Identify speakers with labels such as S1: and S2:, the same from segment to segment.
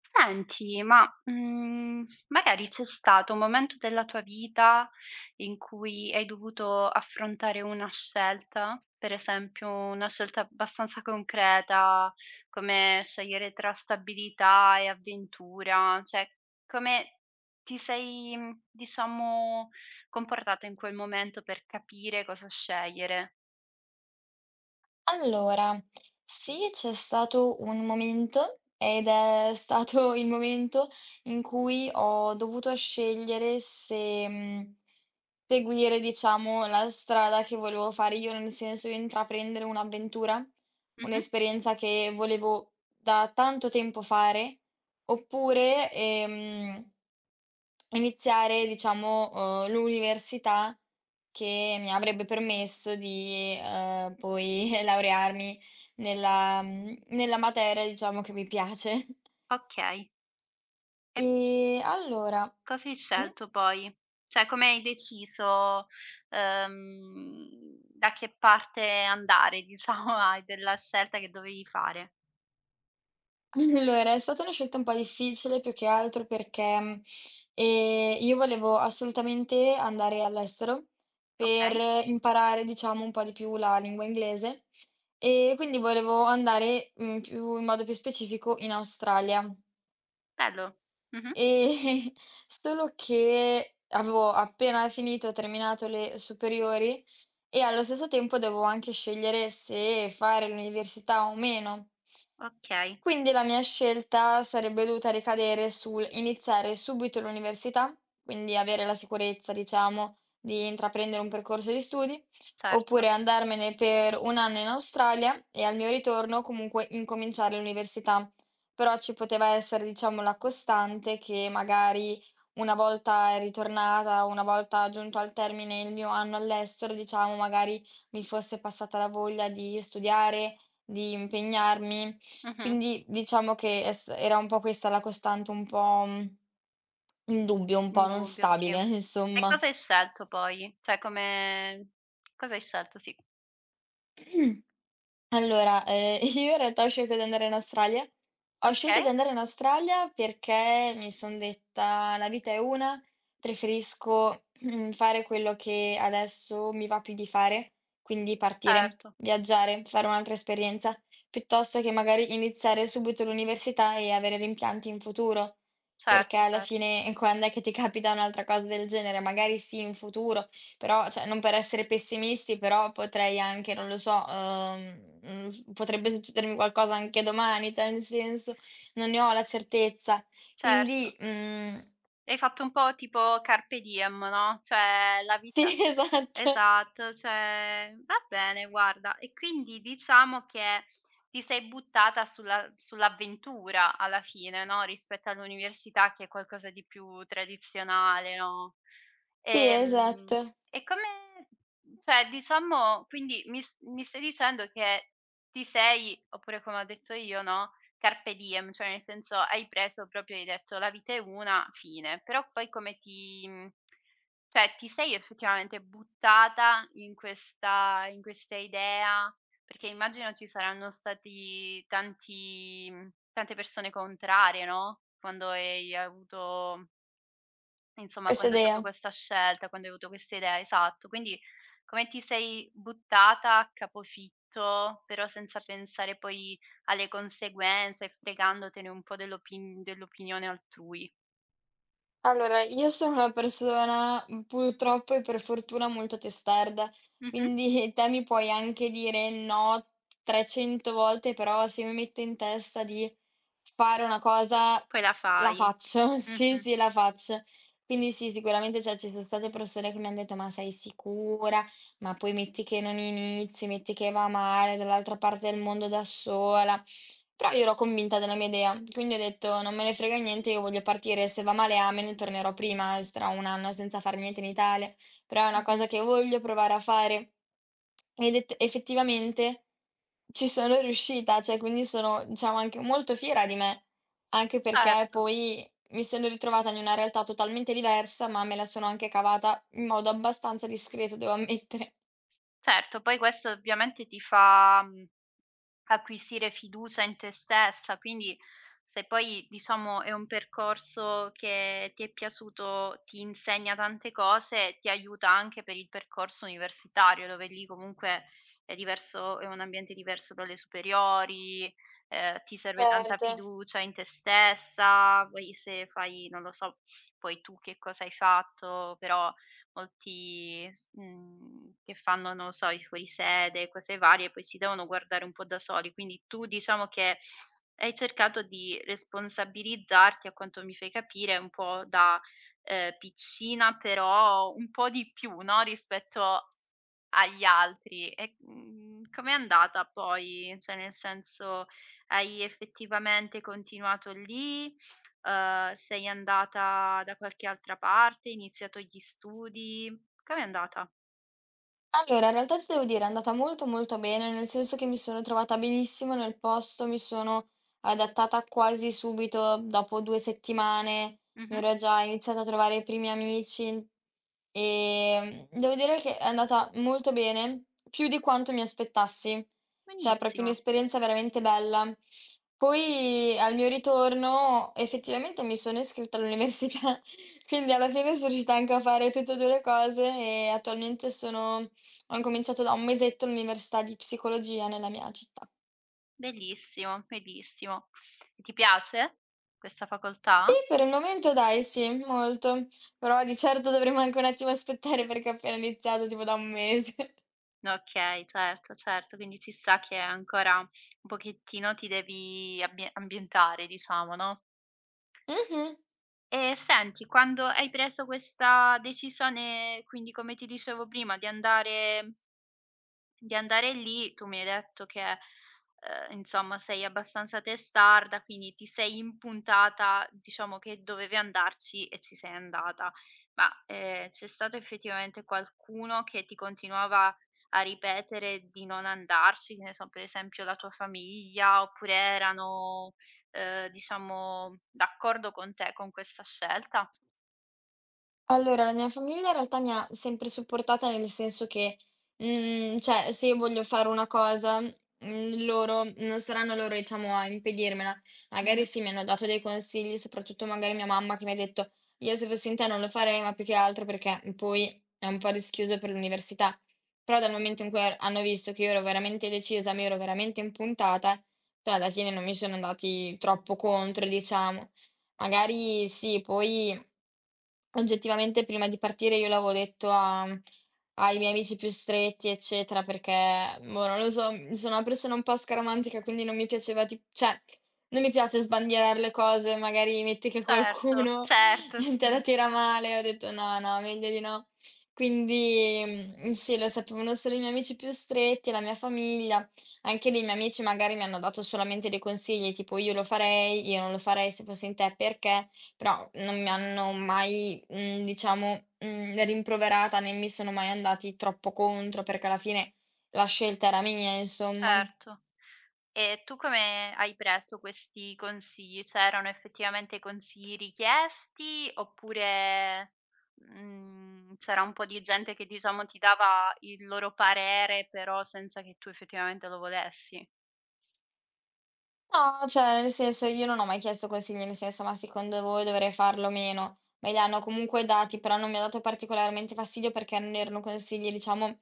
S1: Senti, ma, magari c'è stato un momento della tua vita in cui hai dovuto affrontare una scelta, per esempio una scelta abbastanza concreta, come scegliere tra stabilità e avventura, cioè come ti sei, diciamo comportato in quel momento per capire cosa scegliere?
S2: Allora, sì, c'è stato un momento ed è stato il momento in cui ho dovuto scegliere se, seguire, diciamo, la strada che volevo fare io, nel senso di intraprendere un'avventura,
S1: Mh-mh.
S2: un'esperienza che volevo da tanto tempo fare, oppure, iniziare diciamo, l'università che mi avrebbe permesso di, poi laurearmi nella materia diciamo che mi piace.
S1: Okay. E
S2: E allora
S1: cosa hai
S2: mh?
S1: scelto poi? Cioè come hai deciso, ehm, da che parte andare diciamo hai della scelta che dovevi fare.
S2: Allora, è stata una scelta un po' difficile più che altro perché, io volevo assolutamente andare all'estero
S1: Okay,
S2: per imparare, diciamo, un po' di più la lingua inglese, e quindi volevo andare, più in modo più specifico in Australia.
S1: bello. Mh-mh.
S2: E solo che avevo appena finito, terminato le superiori e allo stesso tempo dovevo anche scegliere se fare l'università o meno.
S1: Okay,
S2: Quindi la mia scelta sarebbe dovuta ricadere sul iniziare subito l'università, quindi avere la sicurezza, diciamo, di intraprendere un percorso di studi,
S1: certo.
S2: oppure andarmene per un anno in Australia e al mio ritorno comunque incominciare l'università. Però ci poteva essere, diciamo, la costante che magari una volta ritornata, una volta giunto al termine il mio anno all'estero, diciamo, magari mi fosse passata la voglia di studiare, di impegnarmi.
S1: Mh-mh.
S2: Quindi diciamo che es era un po' questa la costante, un po', in dubbio, un po' non
S1: Indubbio, sì.
S2: stabile,
S1: E
S2: insomma.
S1: cosa hai scelto poi? Cioè come cosa hai scelto? Sì.
S2: Allora, io in realtà ho scelto di andare in Australia. Ho scelto
S1: Okay,
S2: di andare in Australia perché mi son detta: "La vita è una, preferisco fare quello che adesso mi va più di fare, quindi partire,
S1: certo,
S2: viaggiare, fare un'altra esperienza, piuttosto che magari iniziare subito l'università e avere rimpianti in futuro." Perché
S1: certo,
S2: alla fine quand'è che ti capita un'altra cosa del genere? Magari sì in futuro, però cioè, non per essere pessimisti, però potrei anche, non lo so, mhmm, s potrebbe succedermi qualcosa anche domani, cioè nel senso, non ne ho la certezza. Quindi,
S1: certo. Hai fatto un po' tipo carpe diem, no, cioè la vita.
S2: sì esatto,
S1: Esatto, cioè va bene guarda. E quindi diciamo che ti sei buttata sulla sull'avventura alla fine, no, rispetto all'università che è qualcosa di più tradizionale, no.
S2: sì
S1: Ehm,
S2: esatto,
S1: e come, cioè diciamo quindi mi stai dicendo che ti sei oppure come ho detto io, no, carpe diem, cioè nel senso hai preso proprio hai detto: "La vita è una, fine". Però poi come cioè ti sei effettivamente buttata in questa idea? Perché immagino ci saranno stati tante persone contrarie, no, quando hai avuto. Insomma,
S2: questa
S1: quando hai fatto
S2: idea.
S1: questa scelta, quando hai avuto questa idea, esatto. Quindi come ti sei buttata a capofitto, però senza pensare poi alle conseguenze, fregandotene un po' dell'opinione altrui.
S2: Allora, io sono una persona, purtroppo e per fortuna molto testarda,
S1: Mh-mh.
S2: quindi te mi puoi anche dire no 300 volte, però se mi metto in testa di fare una cosa,
S1: Poi la
S2: la
S1: fai.
S2: faccio. Sì,
S1: Mh-mh,
S2: sì, la faccio. Quindi sì, sicuramente, cioè, ci sono state persone che mi han detto: "Ma sei sicura? Ma poi metti che non inizi, metti che va male, dall'altra parte del mondo da sola". Però io ero convinta della mia idea, quindi ho detto non me ne frega niente, io voglio partire, se va male amen, tornerò prima, starò un anno senza fare niente in Italia, però è una
S1: mh-mh.
S2: cosa che voglio provare a fare. Effettivamente ci sono riuscita, cioè quindi sono diciamo anche molto fiera di me, anche perché
S1: Certo.
S2: poi mi sono ritrovata in una realtà totalmente diversa, ma me la sono anche cavata in modo abbastanza discreto, devo ammettere.
S1: Certo, poi questo ovviamente ti fa, acquisire fiducia in te stessa, quindi se poi diciamo è un percorso che ti è piaciuto, ti insegna tante cose, ti aiuta anche per il percorso universitario, dove lì comunque è diverso, è un ambiente diverso dalle superiori, ti serve tanta
S2: Certo.
S1: fiducia in te stessa, poi se fai non lo so, poi tu che cosa hai fatto, però che fanno, non lo so, i fuorisede, cose varie, poi si devono guardare un po' da soli. Quindi tu diciamo che hai cercato di responsabilizzarti, a quanto mi fai capire, un po' da, piccina, però un po' di più, no, rispetto agli altri. E, com'è andata poi? Cioè, nel senso, hai effettivamente continuato lì? Sei andata da qualche altra parte? Hai iniziato gli studi? Com'è andata?
S2: Allora, in realtà ti devo dire, è andata molto molto bene, nel senso che mi sono trovata benissimo nel posto, mi sono adattata quasi subito. Dopo 2 settimane mi
S1: Mh-mh.
S2: ero già iniziata a trovare i primi amici, devo dire che è andata molto bene, più di quanto mi aspettassi, cioè è proprio
S1: Benissimo,
S2: un'esperienza veramente bella. Poi al mio ritorno effettivamente mi sono iscritta all'università, quindi alla fine sono riuscita anche a fare tutte e 2 le cose e attualmente sono ho incominciato da un mesetto l'università di psicologia nella mia città.
S1: bellissimo, bellissimo. E ti piace questa
S2: Sì,
S1: facoltà?
S2: per il momento dai, sì, molto. Però di certo dovremo anche un attimo aspettare perché ho appena iniziato, tipo da un mese.
S1: Okay, certo, certo, quindi ci sta che ancora un pochettino ti devi abbie ambientare, diciamo, no?
S2: Mhm.
S1: E senti, quando hai preso questa decisione, quindi come ti dicevo prima, di andare lì, tu mi hai detto che, insomma sei abbastanza testarda, quindi ti sei impuntata, diciamo che dovevi andarci e ci sei andata. Ma, c'è stato effettivamente qualcuno che ti continuava a ripetere di non andarci? Che ne so, per esempio la tua famiglia, oppure erano, diciamo d'accordo con te, con questa scelta?
S2: Allora, la mia famiglia in realtà mi ha sempre supportata, nel senso che, cioè se io voglio fare una cosa, loro non saranno loro, diciamo, a impedirmela. Magari
S1: Mh-mh.
S2: sì, mi hanno dato dei consigli, soprattutto magari mia mamma che mi ha detto: "Io se fossi in te non lo farei", ma più che altro perché poi è un po' rischioso per l'università. Però dal momento in cui ha hanno visto che io ero veramente decisa, mi ero veramente impuntata, cioè alla fine non mi sono andati troppo contro, diciamo. Magari sì, poi oggettivamente prima di partire io l'avevo detto a ai miei amici più stretti, eccetera, perché, boh, non lo so, sono una persona un po' scaramantica, quindi non mi piaceva ti cioè, non mi piace sbandierare le cose, magari metti che
S1: Certo,
S2: qualcuno
S1: certo, sì,
S2: te la tira male, ho detto: "No, no, meglio di no". Quindi, sì, lo sapevano solo i miei amici più stretti, la mia famiglia. Anche lì i miei amici magari mi hanno dato solamente dei consigli, tipo: "Io lo farei", "Io non lo farei se fossi in te", "Perché?" Però non mi hanno mai, rimproverata, né mi sono mai andati troppo contro, perché alla fine la scelta era mia, insomma.
S1: certo. E tu come hai preso questi consigli? C'erano effettivamente consigli richiesti oppure, c'era un po' di gente che diciamo ti dava il loro parere, però senza che tu effettivamente lo volessi?
S2: No, cioè nel senso io non ho mai chiesto consigli, nel senso: "Ma secondo voi dovrei farlo o meno?" Me li hanno comunque dati, però non mi ha dato particolarmente fastidio perché non erano consigli, diciamo.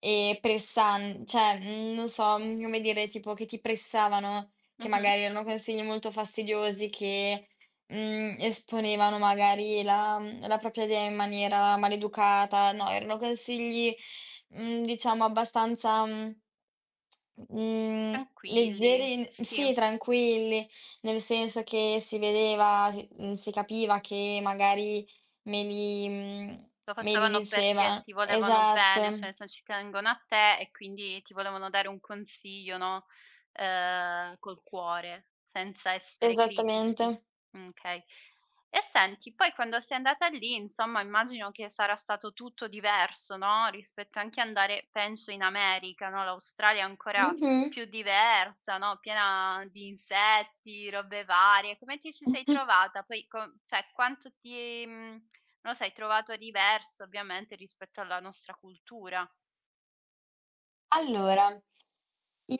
S2: E pressan Cioè, non so, come dire, tipo che ti pressavano, che
S1: Mh-mh.
S2: magari erano consigli molto fastidiosi che, esponevano magari la propria idea in maniera maleducata. No, erano consigli, diciamo abbastanza, mhmm,
S1: Tranquilli,
S2: leggeri, n
S1: sì.
S2: sì, tranquilli, nel senso che si vedeva, si capiva che magari me li mhmm,
S1: Lo
S2: me li
S1: facevano perché
S2: diceva
S1: ti volevano
S2: esatto,
S1: bene, cioè nel sen ci tengono a te e quindi ti volevano dare un consiglio, no, col cuore, senza essere critici.
S2: esattamente.
S1: Okay. E senti, poi quando sei andata lì, insomma, immagino che sarà stato tutto diverso, no, rispetto anche andare penso in America, no, l'Australia è ancora
S2: Mh-mh.
S1: più diversa, no, piena di insetti, robe varie. Come ti ci sei trovata? Poi co cioè quanto ti mhmm non lo sai, trovato diverso ovviamente rispetto alla nostra cultura.
S2: Allora,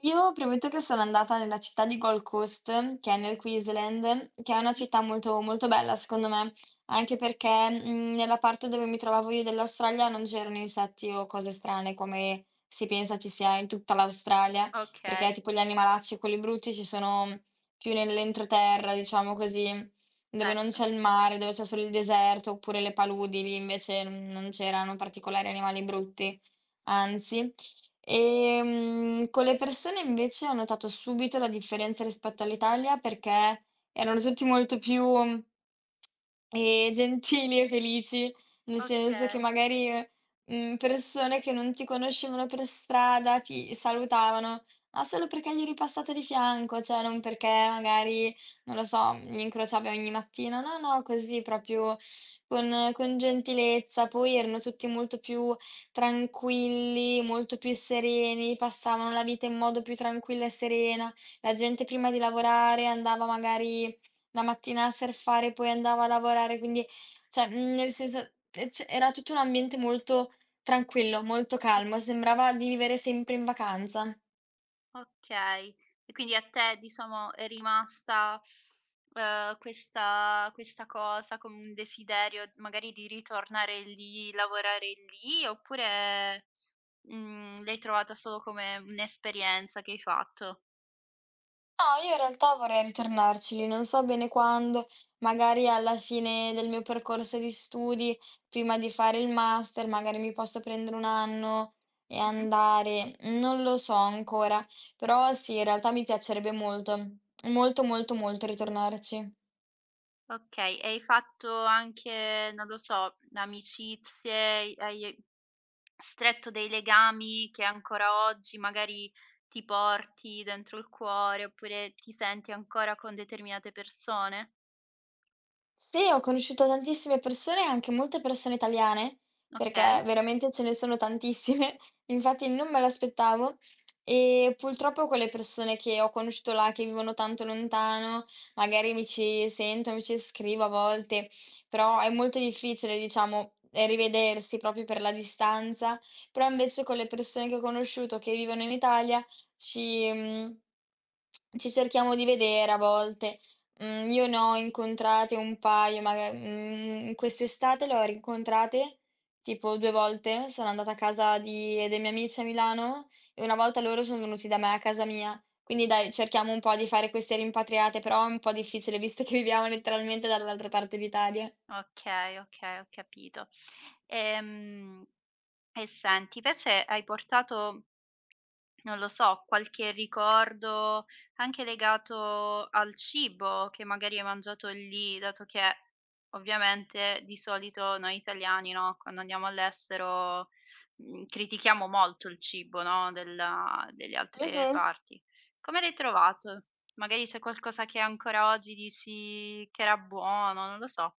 S2: io premetto che sono andata nella città di Gold Coast, che è nel Queensland, che è una
S1: Mh-mh.
S2: città molto, molto bella secondo me, anche perché, nella parte dove mi trovavo io dell'Australia non c'erano insetti o cose strane come si pensa ci sia in tutta l'Australia, perché
S1: Okay,
S2: tipo gli animalacci, quelli brutti, ci sono più nell'entroterra, diciamo così, dove non
S1: certo.
S2: c'è il mare, dove c'è solo il deserto oppure le paludi, lì invece non c'erano particolari animali brutti, anzi. Con le persone invece ho notato subito la differenza rispetto all'Italia perché erano tutti molto più, gentili e felici, nel senso che
S1: Okay.
S2: magari, persone che non ti conoscevano per strada ti salutavano, ma solo perché gli eri passato di fianco, cioè non perché magari, non lo so, li incrociavi ogni mattina. No, no, così proprio con gentilezza. Poi erano tutti molto più tranquilli, molto più sereni, passavano la vita in modo più tranquillo e serena. La gente prima di lavorare andava magari la mattina a surfare, poi andava a lavorare, quindi cioè, nel senso, c era tutto un ambiente molto tranquillo, molto
S1: Sì.
S2: calmo, sembrava di vivere sempre in vacanza.
S1: Okay. E quindi a te diciamo è rimasta, questa cosa come un desiderio magari di ritornare lì, lavorare lì, oppure, l'hai trovata solo come un'esperienza che hai fatto?
S2: No, io in realtà vorrei ritornarci lì, non so bene quando, magari alla fine del mio percorso di studi, prima di fare il master, magari mi posso prendere 1 anno e
S1: Mh-mh.
S2: andare, non lo so ancora, però sì, in realtà mi piacerebbe molto, molto, molto, molto ritornarci.
S1: Okay, e hai fatto anche, non lo so, amicizie, hai stretto dei legami che ancora oggi magari ti porti dentro il cuore, oppure ti senti ancora con determinate persone?
S2: Sì, ho conosciuto tantissime persone, anche molte persone italiane, perché
S1: Okay,
S2: veramente ce ne sono tantissime. Infatti non me l'aspettavo, e purtroppo quelle persone che ho conosciuto là, che vivono tanto lontano, magari mi ci sento, mi ci scrivo a volte, però è molto difficile, diciamo, rivedersi proprio per la distanza. Però invece con le persone che ho conosciuto che vivono in Italia ci... mm, ci cerchiamo di vedere a volte. Io ne ho incontrate un paio, quest'estate le ho rincontrate tipo 2 volte, sono andata a casa di dei miei amici a Milano e una volta loro sono venuti da me a casa mia. Quindi dai, cerchiamo un po' di fare queste rimpatriate, però è un po' difficile visto che viviamo letteralmente dall'altra parte d'Italia.
S1: okay, okay, ho capito. Ehm, e senti, invece hai portato. Non lo so, qualche ricordo anche legato al cibo che magari hai mangiato lì, dato che ovviamente di solito noi italiani, no, quando andiamo all'estero, critichiamo molto il cibo, no, della delle altre
S2: Mh-mh.
S1: parti. Come l'hai trovato? Magari c'è qualcosa che ancora oggi dici che era buono, non lo so.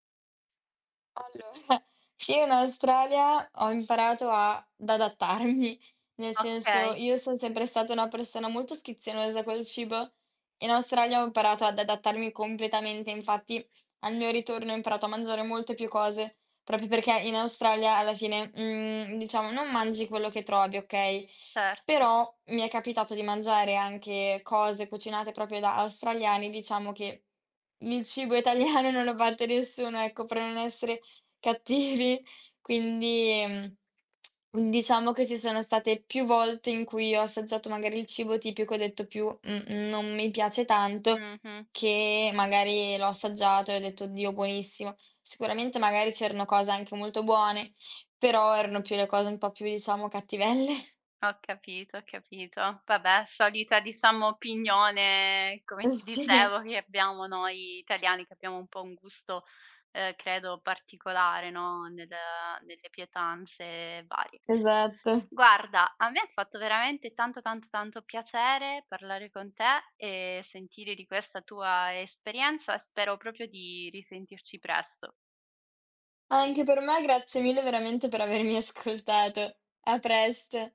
S2: Allora, sì, in Australia ho imparato a ad adattarmi, nel senso
S1: Okay,
S2: io son sempre stata una persona molto schizzinosa col cibo, in Australia ho imparato ad adattarmi completamente, infatti al mio ritorno ho imparato a mangiare molte più cose, proprio perché in Australia alla fine, diciamo non mangi quello che trovi, okay?
S1: certo.
S2: Però mi è capitato di mangiare anche cose cucinate proprio da australiani, diciamo che il cibo italiano non lo batte nessuno, ecco, per non essere cattivi. Quindi, mhmm, diciamo che ci sono state più volte in cui ho assaggiato magari il cibo tipico e ho detto più: non mi piace tanto",
S1: Mh-mh.
S2: che magari l'ho assaggiato e ho detto: "Oddio, buonissimo". Sicuramente magari c'erano cose anche molto buone, però erano più le cose un po' più, diciamo, cattivelle.
S1: Ho capito, ho capito. Vabbè, solita diciamo opinione, come ti
S2: Sì,
S1: dicevo, che abbiamo noi italiani, che abbiamo un po' un gusto, credo particolare, no, nelle pietanze varie.
S2: esatto.
S1: Guarda, a me ha fatto veramente tanto, tanto, tanto piacere parlare con te e sentire di questa tua esperienza e spero proprio di risentirci presto.
S2: Anche per me, grazie mille veramente per avermi ascoltato. A presto.